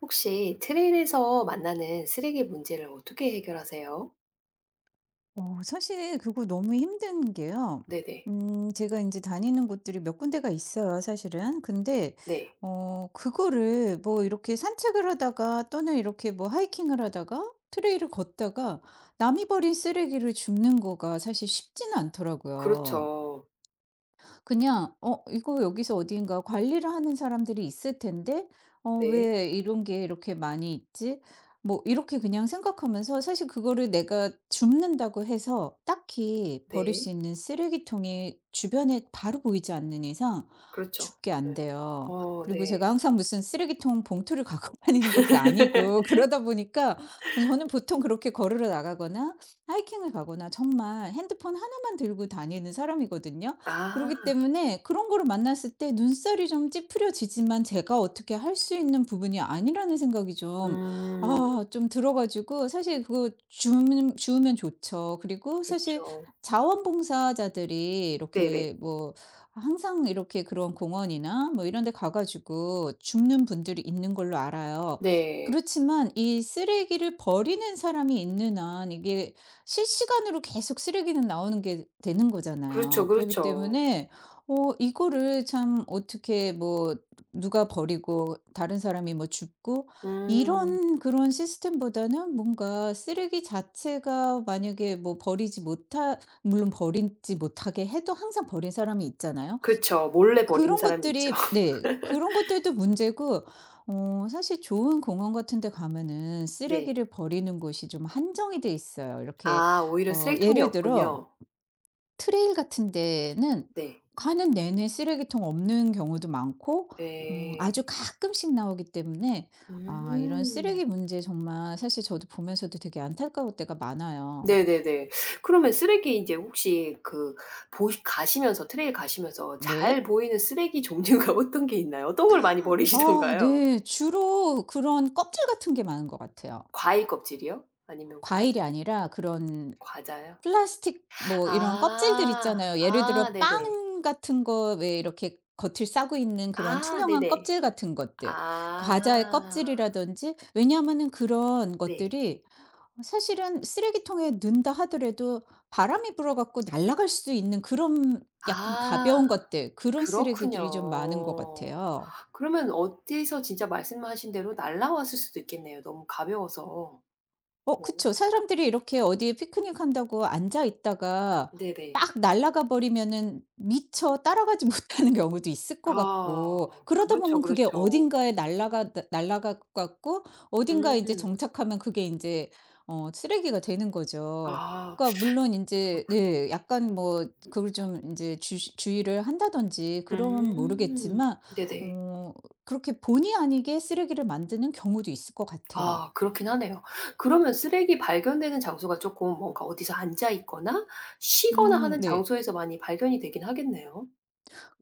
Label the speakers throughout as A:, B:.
A: 혹시 트레일에서 만나는 쓰레기 문제를 어떻게 해결하세요?
B: 사실 그거 너무 힘든 게요.
A: 네네.
B: 제가 이제 다니는 곳들이 몇 군데가 있어요 사실은. 근데
A: 네.
B: 그거를 뭐 이렇게 산책을 하다가 또는 이렇게 뭐 하이킹을 하다가 트레일을 걷다가 남이 버린 쓰레기를 줍는 거가 사실 쉽지는 않더라고요.
A: 그렇죠.
B: 그냥 '어 이거 여기서 어딘가 관리를 하는 사람들이 있을 텐데 어
A: 네.
B: 왜 이런 게 이렇게 많이 있지?' 뭐 이렇게 그냥 생각하면서, 사실 그거를 내가 줍는다고 해서 딱히 버릴 수
A: 네.
B: 있는 쓰레기통이 주변에 바로 보이지 않는 이상
A: 그렇죠.
B: 줍게 안
A: 네.
B: 돼요.
A: 어,
B: 그리고
A: 네.
B: 제가 항상 무슨 쓰레기통 봉투를 갖고 다니는 것도 아니고, 그러다 보니까 저는 보통 그렇게 걸으러 나가거나 하이킹을 가거나 정말 핸드폰 하나만 들고 다니는 사람이거든요.
A: 아.
B: 그러기 때문에 그런 거를 만났을 때 눈살이 좀 찌푸려지지만 제가 어떻게 할 수 있는 부분이 아니라는 생각이 좀,
A: 음.
B: 아, 좀 들어 가지고 사실 그거 주면 주우면 좋죠. 그리고 사실
A: 그렇죠.
B: 자원봉사자들이
A: 네네.
B: 이렇게 뭐 항상 이렇게 그런 공원이나 뭐 이런 데 가 가지고 줍는 분들이 있는 걸로 알아요.
A: 네.
B: 그렇지만 이 쓰레기를 버리는 사람이 있는 한 이게 실시간으로 계속 쓰레기는 나오는 게 되는
A: 그렇죠,
B: 거잖아요. 그러기
A: 그렇죠.
B: 때문에 이거를 참 어떻게, 뭐 누가 버리고 다른 사람이 뭐 줍고
A: 음.
B: 이런 그런 시스템보다는 뭔가 쓰레기 자체가, 만약에 뭐 버리지 못하 물론 버리지 못하게 해도 항상 버린 사람이 있잖아요.
A: 그쵸. 몰래 버리는
B: 그런
A: 사람이 있죠.
B: 것들이, 네, 그런 것들도 문제고, 사실 좋은 공원 같은 데 가면은
A: 네.
B: 쓰레기를 버리는 곳이 좀 한정이 돼 있어요. 이렇게,
A: 아, 오히려 쓰레기통이
B: 예를 들어
A: 없군요.
B: 트레일 같은 데는
A: 네.
B: 가는 내내 쓰레기통 없는 경우도 많고,
A: 예.
B: 아주 가끔씩 나오기 때문에, 아 이런
A: 음.
B: 쓰레기 문제 정말, 사실 저도 보면서도 되게 안타까울 때가 많아요.
A: 네네네. 그러면 쓰레기 인제 혹시 그 보시 가시면서 트레일 가시면서 잘
B: 네.
A: 보이는 쓰레기 종류가 어떤 게 있나요? 어떤 걸 많이
B: 아
A: 버리시던가요?
B: 네. 주로 그런 껍질 같은 게 많은 것 같아요.
A: 과일 껍질이요? 아니면 과자.
B: 과일이 아니라 그런
A: 과자요?
B: 플라스틱 뭐 이런 껍질들
A: 아.
B: 있잖아요. 예를
A: 아
B: 들어
A: 네네.
B: 빵 같은 거 왜 이렇게 겉을 싸고 있는 그런
A: 아
B: 투명한
A: 네네.
B: 껍질 같은 것들.
A: 아.
B: 과자의 껍질이라든지. 왜냐하면은 그런
A: 네.
B: 것들이 사실은 쓰레기통에 넣는다 하더라도 바람이 불어 갖고 날아갈 수 있는 그런 약간
A: 아
B: 가벼운 것들, 그런 쓰레기들이 좀 많은 것
A: 그렇군요.
B: 같아요.
A: 그러면 어디서 진짜 말씀하신 대로 날아왔을 수도 있겠네요, 너무 가벼워서. 어
B: 그쵸. 사람들이 이렇게 어디에 피크닉 한다고 앉아 있다가
A: 네네.
B: 막 날아가 버리면은 미처 따라가지 못하는 경우도 있을 것
A: 아.
B: 같고, 그러다
A: 그렇죠,
B: 보면 그게
A: 그렇죠.
B: 어딘가에 날아가 날아갈 것 같고, 어딘가에 이제
A: 음.
B: 정착하면 그게 이제 쓰레기가 되는 거죠.
A: 아
B: 그러니까 물론 이제,
A: 그렇군.
B: 네, 약간 뭐 그걸 좀 이제 주 주의를 한다든지 그러면
A: 음.
B: 모르겠지만,
A: 네네.
B: 어 그렇게 본의 아니게 쓰레기를 만드는 경우도 있을 것 같아요.
A: 아 그렇긴 하네요. 그러면 쓰레기 발견되는 장소가 쪼끔 뭔가 어디서 앉아 있거나 쉬거나
B: 음.
A: 하는
B: 네.
A: 장소에서 많이 발견이 되긴 하겠네요.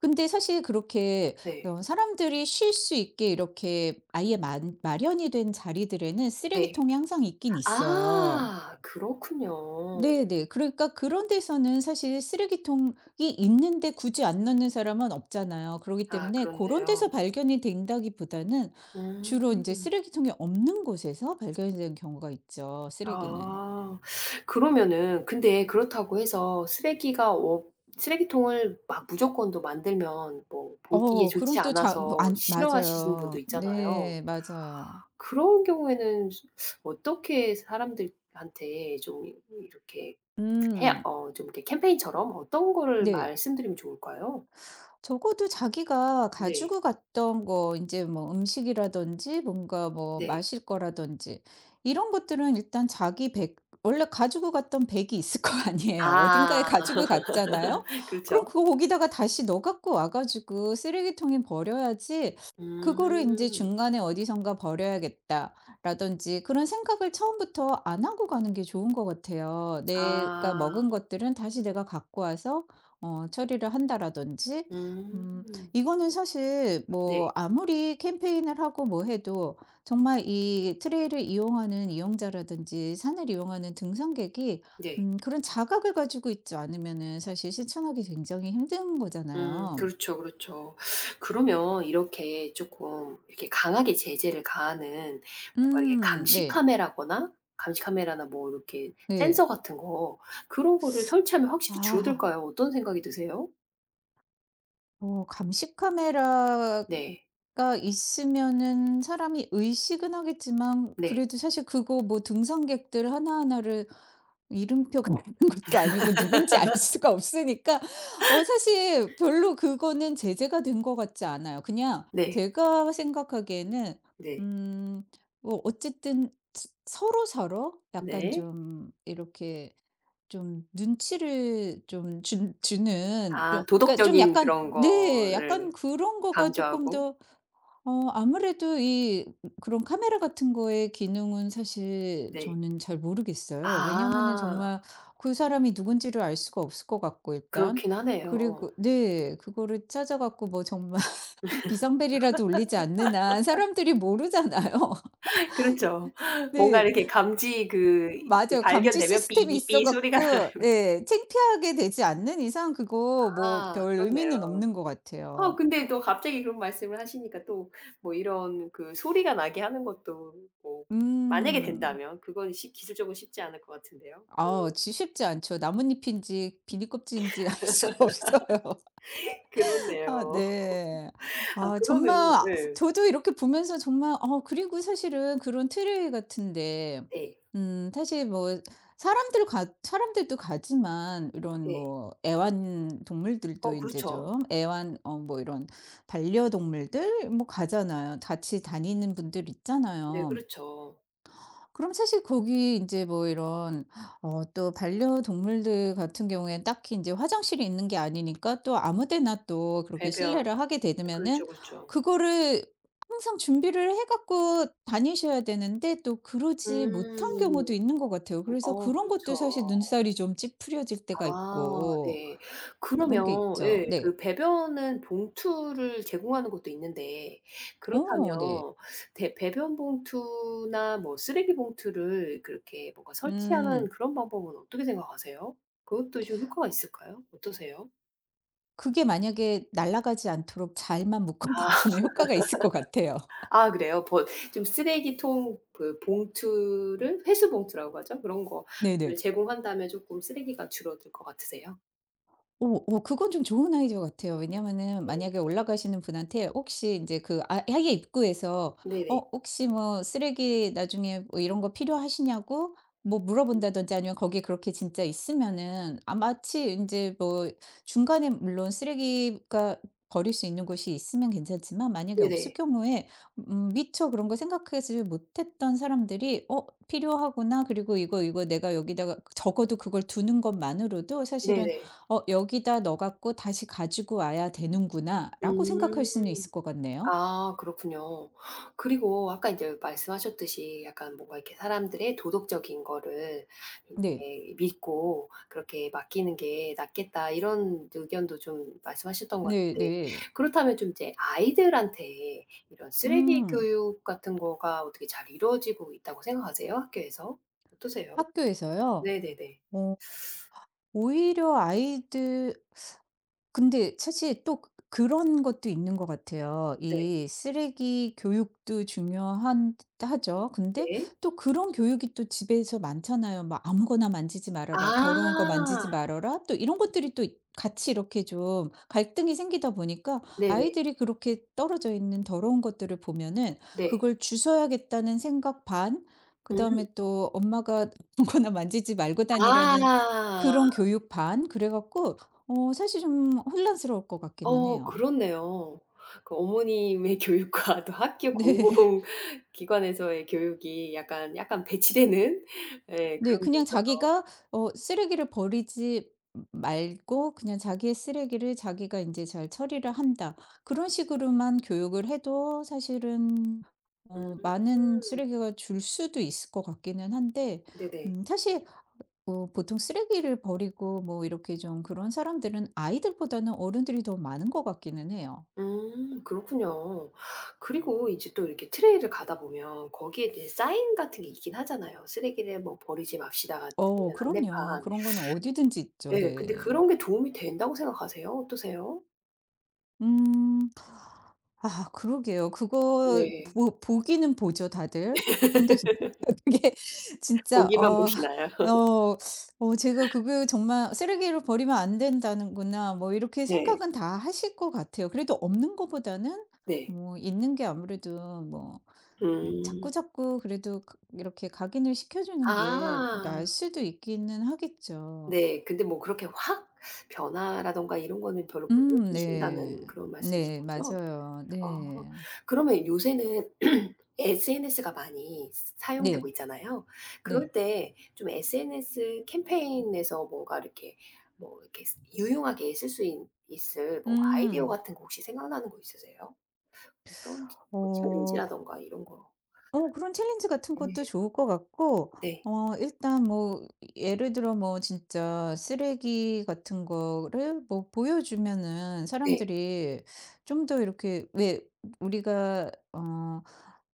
B: 근데 사실 그렇게,
A: 네.
B: 사람들이 쉴 수 있게 이렇게 아예 마련이 된 자리들에는
A: 네.
B: 쓰레기통이 항상 있긴 있어요.
A: 아 그렇군요.
B: 네네. 그러니까 그런 데서는 사실 쓰레기통이 있는데 굳이 안 넣는 사람은 없잖아요. 그러기
A: 아
B: 때문에 그런
A: 그렇네요.
B: 데서 발견이 된다기보다는 주로 이제
A: 음.
B: 쓰레기통이 없는 곳에서 발견이 되는 경우가 있죠, 쓰레기는.
A: 아. 그러면은 근데 그렇다고 해서 쓰레기가 워 쓰레기통을 막 무조건도 만들면 뭐 보기에
B: 그럼
A: 좋지
B: 또 자 뭐
A: 않아서
B: 안
A: 싫어하시는 분도
B: 맞아요.
A: 있잖아요.
B: 네 맞아요.
A: 그런 경우에는 어떻게 사람들한테 좀 이 이렇게 해
B: 음.
A: 어 좀 이렇게 캠페인처럼 어떤 거를
B: 네.
A: 말씀드리면 좋을까요?
B: 적어도 자기가
A: 네.
B: 가지고 갔던 거, 이제 뭐 음식이라든지 뭔가 뭐
A: 네.
B: 마실 거라든지 이런 것들은 일단 자기 백, 원래 가지고 갔던 백이 있을 거 아니에요. 어딘가에
A: 아.
B: 가지고 갔잖아요. 그럼
A: 그렇죠.
B: 그거 거기다가 다시 넣어 갖고 와 가지고 쓰레기통에 버려야지, 그거를 이제
A: 음.
B: '중간에 어디선가 버려야겠다.'라든지 그런 생각을 처음부터 안 하고 가는 게 좋은 것 같아요. 내가
A: 아.
B: 먹은 것들은 다시 내가 갖고 와서 처리를 한다라든지. 음.
A: 음.
B: 이거는 사실
A: 네.
B: 뭐 아무리 캠페인을 하고 뭐 해도 정말 이 트레일을 이용하는 이용자라든지 산을 이용하는 등산객이
A: 네.
B: 그런 자각을 가지고 있지 않으면은 사실 실천하기 굉장히 힘든 거잖아요.
A: 그렇죠, 그렇죠. 그러면 이렇게 조금 이렇게 강하게 제재를 가하는 뭔가 이렇게
B: 음.
A: 감시
B: 네.
A: 카메라거나 감시 카메라나 뭐 이렇게
B: 네.
A: 센서 같은 거 그런 거를 설치하면 확실히
B: 아.
A: 줄어들까요? 어떤 생각이 드세요?
B: 감시 카메라가
A: 네.
B: 있으면은 사람이 의식은 하겠지만
A: 네.
B: 그래도 사실 그거 뭐 등산객들 하나하나를 이름표가 있는 것도 아니고 누군지 알 수가 없으니까, 사실 별로 그거는 제재가 된 것 같지 않아요. 그냥
A: 네.
B: 제가 생각하기에는,
A: 네.
B: 음 뭐 어쨌든 스 서로서로 약간
A: 네.
B: 좀 이렇게 좀 눈치를 좀 준 주는 좀,
A: 아
B: 그러니까 좀
A: 도덕적인
B: 약간,
A: 그런
B: 네, 약간
A: 거를
B: 그런 거가 조금
A: 강조하고.
B: 더 아무래도 이 그런 카메라 같은 거의 기능은 사실
A: 네.
B: 저는 잘 모르겠어요. 왜냐면은
A: 아
B: 정말 그 사람이 누군지를 알 수가 없을 것 같고 일단.
A: 그렇긴 하네요.
B: 그리고, 네, 그거를 찾아 갖고 뭐 정말 비상벨이라도 울리지 않는 한 사람들이 모르잖아요.
A: 그렇죠. 뭔가
B: 네.
A: 이렇게 감지 그 이렇게
B: 맞아요. 감지
A: 발견되면
B: 시스템이 있어
A: 삐삐 소리가.
B: 갖고 네 창피하게 되지 않는 이상 그거 뭐
A: 아
B: 별 의미는
A: 그렇네요.
B: 없는 것
A: 어
B: 같아요.
A: 근데 또 갑자기 그런 말씀을 하시니까 또 뭐 이런 그 소리가 나게 하는 것도 뭐 만약에
B: 음.
A: 된다면 그건 쉽 기술적으로 쉽지 않을 것 같은데요. 네.
B: 아 지 쉽지 않죠. 나뭇잎인지 비닐 껍질인지 알 수가 없어요.
A: 그렇네요.
B: 아 네.
A: 아
B: 아 정말,
A: 그러면
B: 아,
A: 예.
B: 저도 이렇게 보면서 정말, 그리고 사실은 그런 트레이 같은데,
A: 네.
B: 사실 뭐 사람들도 가지만 이런
A: 네.
B: 뭐 애완동물들도
A: 어
B: 이제
A: 그렇죠.
B: 좀 애완 어 뭐 이런 반려동물들 뭐 가잖아요. 같이 다니는 분들
A: 네
B: 있잖아요.
A: 그렇죠.
B: 그럼 사실 거기 이제 뭐 이런, 또 반려동물들 같은 경우엔 딱히 인제 화장실이 있는 게 아니니까 또 아무 데나 또 그렇게
A: 배변.
B: 실내를 하게 되면은
A: 그렇죠, 그렇죠.
B: 그거를 항상 준비를 해 갖고 다니셔야 되는데 또 그러지 못한
A: 음.
B: 경우도 있는 것 같아요. 그래서
A: 어
B: 그런 것도
A: 그렇죠.
B: 사실 눈살이 좀 찌푸려질 때가
A: 아
B: 있고
A: 네.
B: 그런
A: 그러면
B: 게 있죠.
A: 예
B: 네.
A: 그 배변은 봉투를 제공하는 곳도 있는데 그렇다면
B: 네.
A: 대 배변 봉투나 뭐 쓰레기 봉투를 그렇게 뭔가 설치하는
B: 음.
A: 그런 방법은 어떻게 생각하세요? 그것도 좀 효과가 있을까요? 어떠세요?
B: 그게 만약에 날아가지 않도록 잘만 묶어
A: 아.
B: 놓으면 효과가 있을 것 같아요.
A: 아 그래요? 버 좀 쓰레기통 그 봉투를 회수 봉투라고 하죠? 그런 거를
B: 네네.
A: 제공한다면 쪼끔 쓰레기가 줄어들 것 같으세요?
B: 오, 오 그건 좀 좋은 아이디어 같아요. 왜냐면은
A: 네.
B: 만약에 올라가시는 분한테 혹시 이제 그, 아, 아예 입구에서 "어
A: 네네.
B: 혹시 뭐 쓰레기 나중에 뭐 이런 거 필요하시냐."고 뭐 물어본다든지, 아니면 거기 그렇게 진짜 있으면은, 아 마치 이제 뭐 중간에 물론 쓰레기가 버릴 수 있는 곳이 있으면 괜찮지만 만약에 없을
A: 네네.
B: 경우에 미처 그런 거 생각하지 못했던 사람들이 '어 필요하구나. 그리고 이거, 이거 내가 여기다가' 적어도 그걸 두는 것만으로도 사실은,
A: 네네.
B: 여기다 넣어 갖고 다시 가지고 와야 되는구나라고 생각할
A: 음.
B: 수는 있을 것 같네요.
A: 아 그렇군요. 그리고 아까 이제 말씀하셨듯이 약간 뭔가 이렇게 사람들의 도덕적인 거를 이
B: 네.
A: 제 믿고 그렇게 맡기는 게 낫겠다 이런 의견도 좀 말씀하셨던 것 같은데
B: 네네.
A: 그렇다면 좀 이제 아이들한테 이런 쓰레기
B: 음.
A: 교육 같은 거가 어떻게 잘 이루어지고 있다고 생각하세요? 학교에서? 어떠세요?
B: 학교에서요?
A: 네네네.
B: 어 오히려 아이들, 근데 사실 또 그런 것도 있는 것 같아요.
A: 네.
B: 이 쓰레기 교육도 중요한 하죠. 근데
A: 네.
B: 또 그런 교육이 또 집에서 많잖아요. 막 "아무거나 만지지 말아라. 더러운 거 만지지
A: 아.
B: 말아라." 또 이런 것들이 또 같이 이렇게 좀 갈등이 생기다 보니까
A: 네네.
B: 아이들이 그렇게 떨어져 있는 더러운 것들을 보면은
A: 네.
B: 그걸 주워야겠다는 생각 반,
A: 음.
B: 그다음에 또 엄마가 "아무거나 만지지 말고 다니라."는
A: 아.
B: 그런 교육 반, 그래 갖고 사실 좀 혼란스러울 것 같기는
A: 어
B: 해요.
A: 그렇네요. 그 어머님의 교육과 또 학교
B: 네.
A: 공공 기관에서의 교육이 약간 약간 배치되는 예
B: 네.
A: 그런 게
B: 그냥
A: 있어서.
B: 자기가 쓰레기를 버리지 말고 그냥 자기의 쓰레기를 자기가 이제 잘 처리를 한다, 그런 식으로만 교육을 해도 사실은
A: 음
B: 많은 쓰레기가 줄 수도 있을 것 같기는 한데,
A: 네네.
B: 사실 보통 쓰레기를 버리고 뭐 이렇게 좀 그런 사람들은 아이들보다는 어른들이 더 많은 것 같기는 해요.
A: 그렇군요. 그리고 이제 또 이렇게 트레이를 가다 보면 거기에 이제 사인 같은 게 있긴 하잖아요. "쓰레기를 뭐 버리지 맙시다." 같은
B: 그럼요.
A: 안내판.
B: 그런 거는 어디든지 있죠.
A: 예 근데
B: 네.
A: 그런 게 도움이 된다고 생각하세요? 어떠세요?
B: 음. 아 그러게요. 그거
A: 네.
B: 보 보기는 보죠 다들. 근데 그게 진짜
A: 보기만 보시나요?
B: 어 제가 그게 정말 '쓰레기로 버리면 안 된다는구나.' 뭐 이렇게
A: 네.
B: 생각은 다 하실 것 같아요. 그래도 없는 거보다는
A: 네.
B: 뭐 있는 게 아무래도 뭐
A: 음.
B: 자꾸자꾸 그래도 그 이렇게 각인을 시켜 주는 게
A: 아.
B: 나을 수도 있기는 하겠죠.
A: 네. 근데 뭐 그렇게 확 변화라든가 이런 거는 별로 못
B: 네.
A: 느끼신다는 그런 말씀이신
B: 네
A: 거죠?
B: 맞아요.
A: 아.
B: 네.
A: 그러면 요새는 SNS가 많이 스 사용되고
B: 네.
A: 있잖아요.
B: 네.
A: 그럴 때 좀 SNS 캠페인에서 뭔가 이렇게 뭐 이렇게 쓰 유용하게 쓸 수 있 있을 뭐 아이디어
B: 음.
A: 같은 거 혹시 생각나는 거 있으세요? 어떤 치 뭐
B: 어.
A: 챌린지라든가 이런 거.
B: 그런 챌린지 같은 것도
A: 네.
B: 좋을 것 같고,
A: 네.
B: 일단 뭐 예를 들어 뭐 진짜 쓰레기 같은 거를 뭐 보여주면은
A: 네.
B: 사람들이 좀 더 이렇게 왜 우리가, 어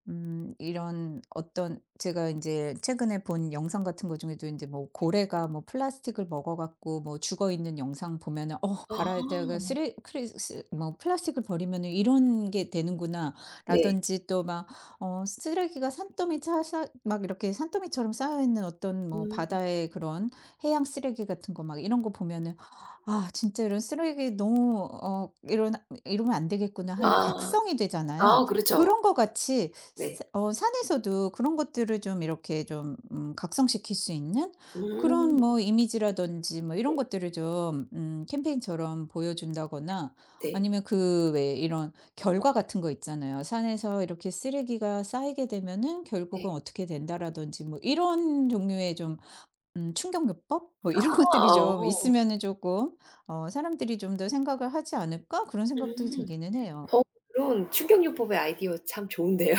B: 음 이런 어떤, 제가 이제 최근에 본 영상 같은 거 중에도 이제 뭐 고래가 뭐 플라스틱을 먹어 갖고 뭐 죽어 있는 영상 보면은 '어
A: 아.
B: 바다에다가 쓰레 크리스 뭐 플라스틱을 버리면은 이런 게
A: 네.
B: 되는구나.'라든지, 또 막 쓰레기가 산더미 차사 막 이렇게 산더미처럼 쌓여 있는 어떤 뭐
A: 음.
B: 바다의 그런 해양 쓰레기 같은 거 막 이런 거 보면은 '아 진짜 이런 쓰레기 너무 어 이런 이러면 안 되겠구나.' 하는
A: 아.
B: 각성이 되잖아요.
A: 아 그렇죠.
B: 그런 거 같이
A: 네.
B: 스 어 산에서도 그런 것들을 좀 이렇게 좀 각성시킬 수 있는 그런
A: 음.
B: 뭐 이미지라든지 뭐 이런
A: 네.
B: 것들을 좀 캠페인처럼 보여준다거나,
A: 네.
B: 아니면 그 왜 이런 결과 같은 거 있잖아요. 산에서 이렇게 쓰레기가 쌓이게 되면은
A: 네.
B: 결국은 어떻게 된다라든지 뭐 이런 종류의 좀 충격요법 뭐 이런 것들이
A: 아
B: 좀
A: 어.
B: 있으면은 조금 '사람들이 좀 더 생각을 하지 않을까?' 그런 생각도
A: 음.
B: 들기는 해요.
A: 어 그런 충격요법의 아이디어 참 좋은데요.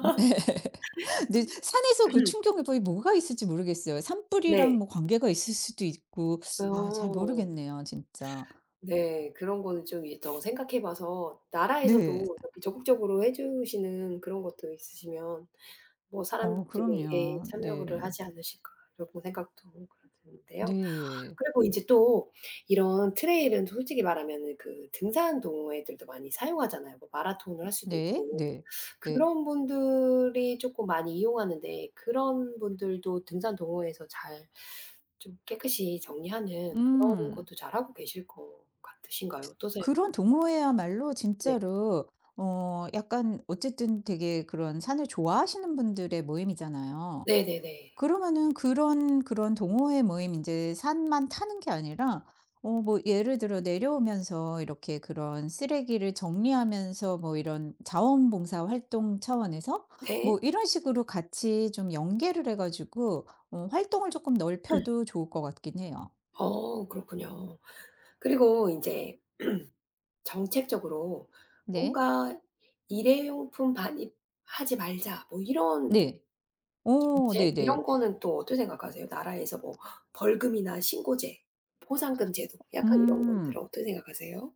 B: 근데 산에서 그 충격이 뭐가 있을지 모르겠어요. 산불이랑
A: 네.
B: 뭐 관계가 있을 수도 있고, 아 잘
A: 어.
B: 모르겠네요 진짜.
A: 네. 그런 거는 좀 이제 더 생각해 봐서
B: 네.
A: 나라에서도 이렇게 적극적으로 해 주시는 그런 것도 있으시면 뭐 사람들이 예
B: 그럼요.
A: 참여를
B: 네.
A: 하지 않으실까 이런 생각도 드는데요.
B: 네.
A: 그리고 인제 또 이런 트레일은 솔직히 말하면은 그 등산 동호회들도 많이 사용하잖아요. 뭐 마라톤을 할 수도
B: 네.
A: 있고
B: 네. 네.
A: 그런 분들이 쪼끔 많이 이용하는데 그런 분들도 등산 동호회에서 잘 좀 깨끗이 정리하는 그런
B: 음.
A: 것도 잘하고 계실 것 같으신가요? 어떠세요?
B: 그런 동호회야말로
A: 네.
B: 진짜로 약간 어쨌든 되게 그런 산을 좋아하시는 분들의 모임이잖아요.
A: 네네네.
B: 그러면은 그런 동호회 모임, 이제 산만 타는 게 아니라 뭐 예를 들어 내려오면서 이렇게 그런 쓰레기를 정리하면서 뭐 이런 자원봉사 활동 차원에서
A: 네.
B: 뭐 이런 식으로 같이 좀 연계를 해 가지고 활동을 조금 넓혀도 좋을 것 같긴 해요.
A: 어 그렇군요. 그리고 인제 정책적으로
B: 네.
A: 뭔가 "일회용품 반입하지 말자." 뭐 이런
B: 네.
A: 정책
B: 네
A: 이런
B: 네.
A: 거는 또 어떻게 생각하세요? 나라에서 뭐 벌금이나 신고제, 포상금 제도 약간 이런 것들은
B: 음.
A: 어떻게 생각하세요?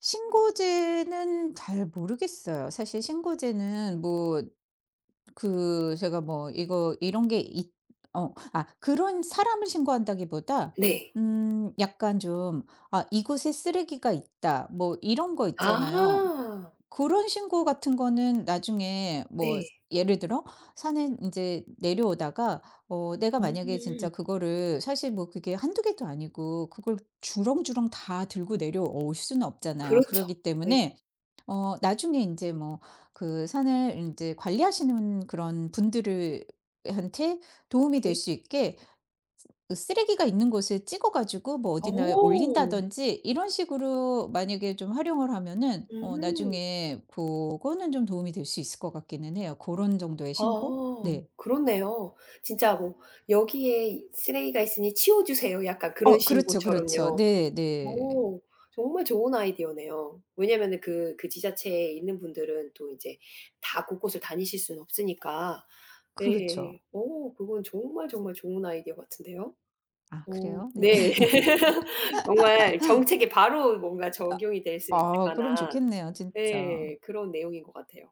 B: 신고제는 잘 모르겠어요. 사실 신고제는 뭐 그 제가 뭐 이거 이런 게 있 어 아 그런 사람을 신고한다기보다
A: 네.
B: 약간 좀 '아 이곳에 쓰레기가 있다.' 뭐 이런 거 있잖아요.
A: 아.
B: 그런 신고 같은 거는 나중에 뭐
A: 네.
B: 예를 들어 산에 인제 내려오다가, 내가 만약에
A: 음.
B: 진짜 그거를 사실 뭐, 그게 한두 개도 아니고 그걸 주렁주렁 다 들고 내려올 수는 없잖아요.
A: 그렇죠.
B: 그러기
A: 네.
B: 때문에 나중에 인제 뭐 그 산을 인제 관리하시는 그런 분들을 한테 도움이 될
A: 네.
B: 수 있게 그 쓰레기가 있는 곳에 찍어 가지고 뭐 어디나
A: 어.
B: 올린다든지, 이런 식으로 만약에 좀 활용을 하면은
A: 음.
B: 나중에 그거는 좀 도움이 될 수 있을 것 같기는 해요. 그런 정도의
A: 아.
B: 신고? 네.
A: 그렇네요. 진짜 뭐 "여기에 쓰레기가 있으니 치워 주세요." 약간 그런
B: 어 그렇죠, 그렇죠.
A: 신고처럼요.
B: 네 네.
A: 어. 정말 좋은 아이디어네요. 왜냐면은 그 그 지자체에 있는 분들은 또 이제 다 곳곳을 다니실 수는 없으니까. 예예예.
B: 그렇죠.
A: 어 그건 정말 정말 좋은 아이디어 같은데요.
B: 아
A: 어
B: 그래요? 네.
A: 네. 정말 정책에 바로 뭔가 적용이 될 수 있을
B: 아 그럼
A: 만한
B: 좋겠네요 진짜.
A: 예 그런 내용인 것 같아요.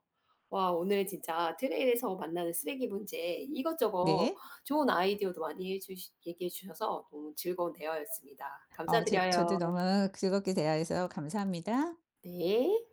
A: 와 오늘 진짜 트레일에서 만나는 쓰레기 문제 이것저것
B: 네.
A: 좋은 아이디어도 많이 해 주시 얘기해 주셔서 너무 즐거운 대화였습니다.
B: 어 제 저도
A: 감사드려요.
B: 너무 즐겁게 대화해서 감사합니다.
A: 네.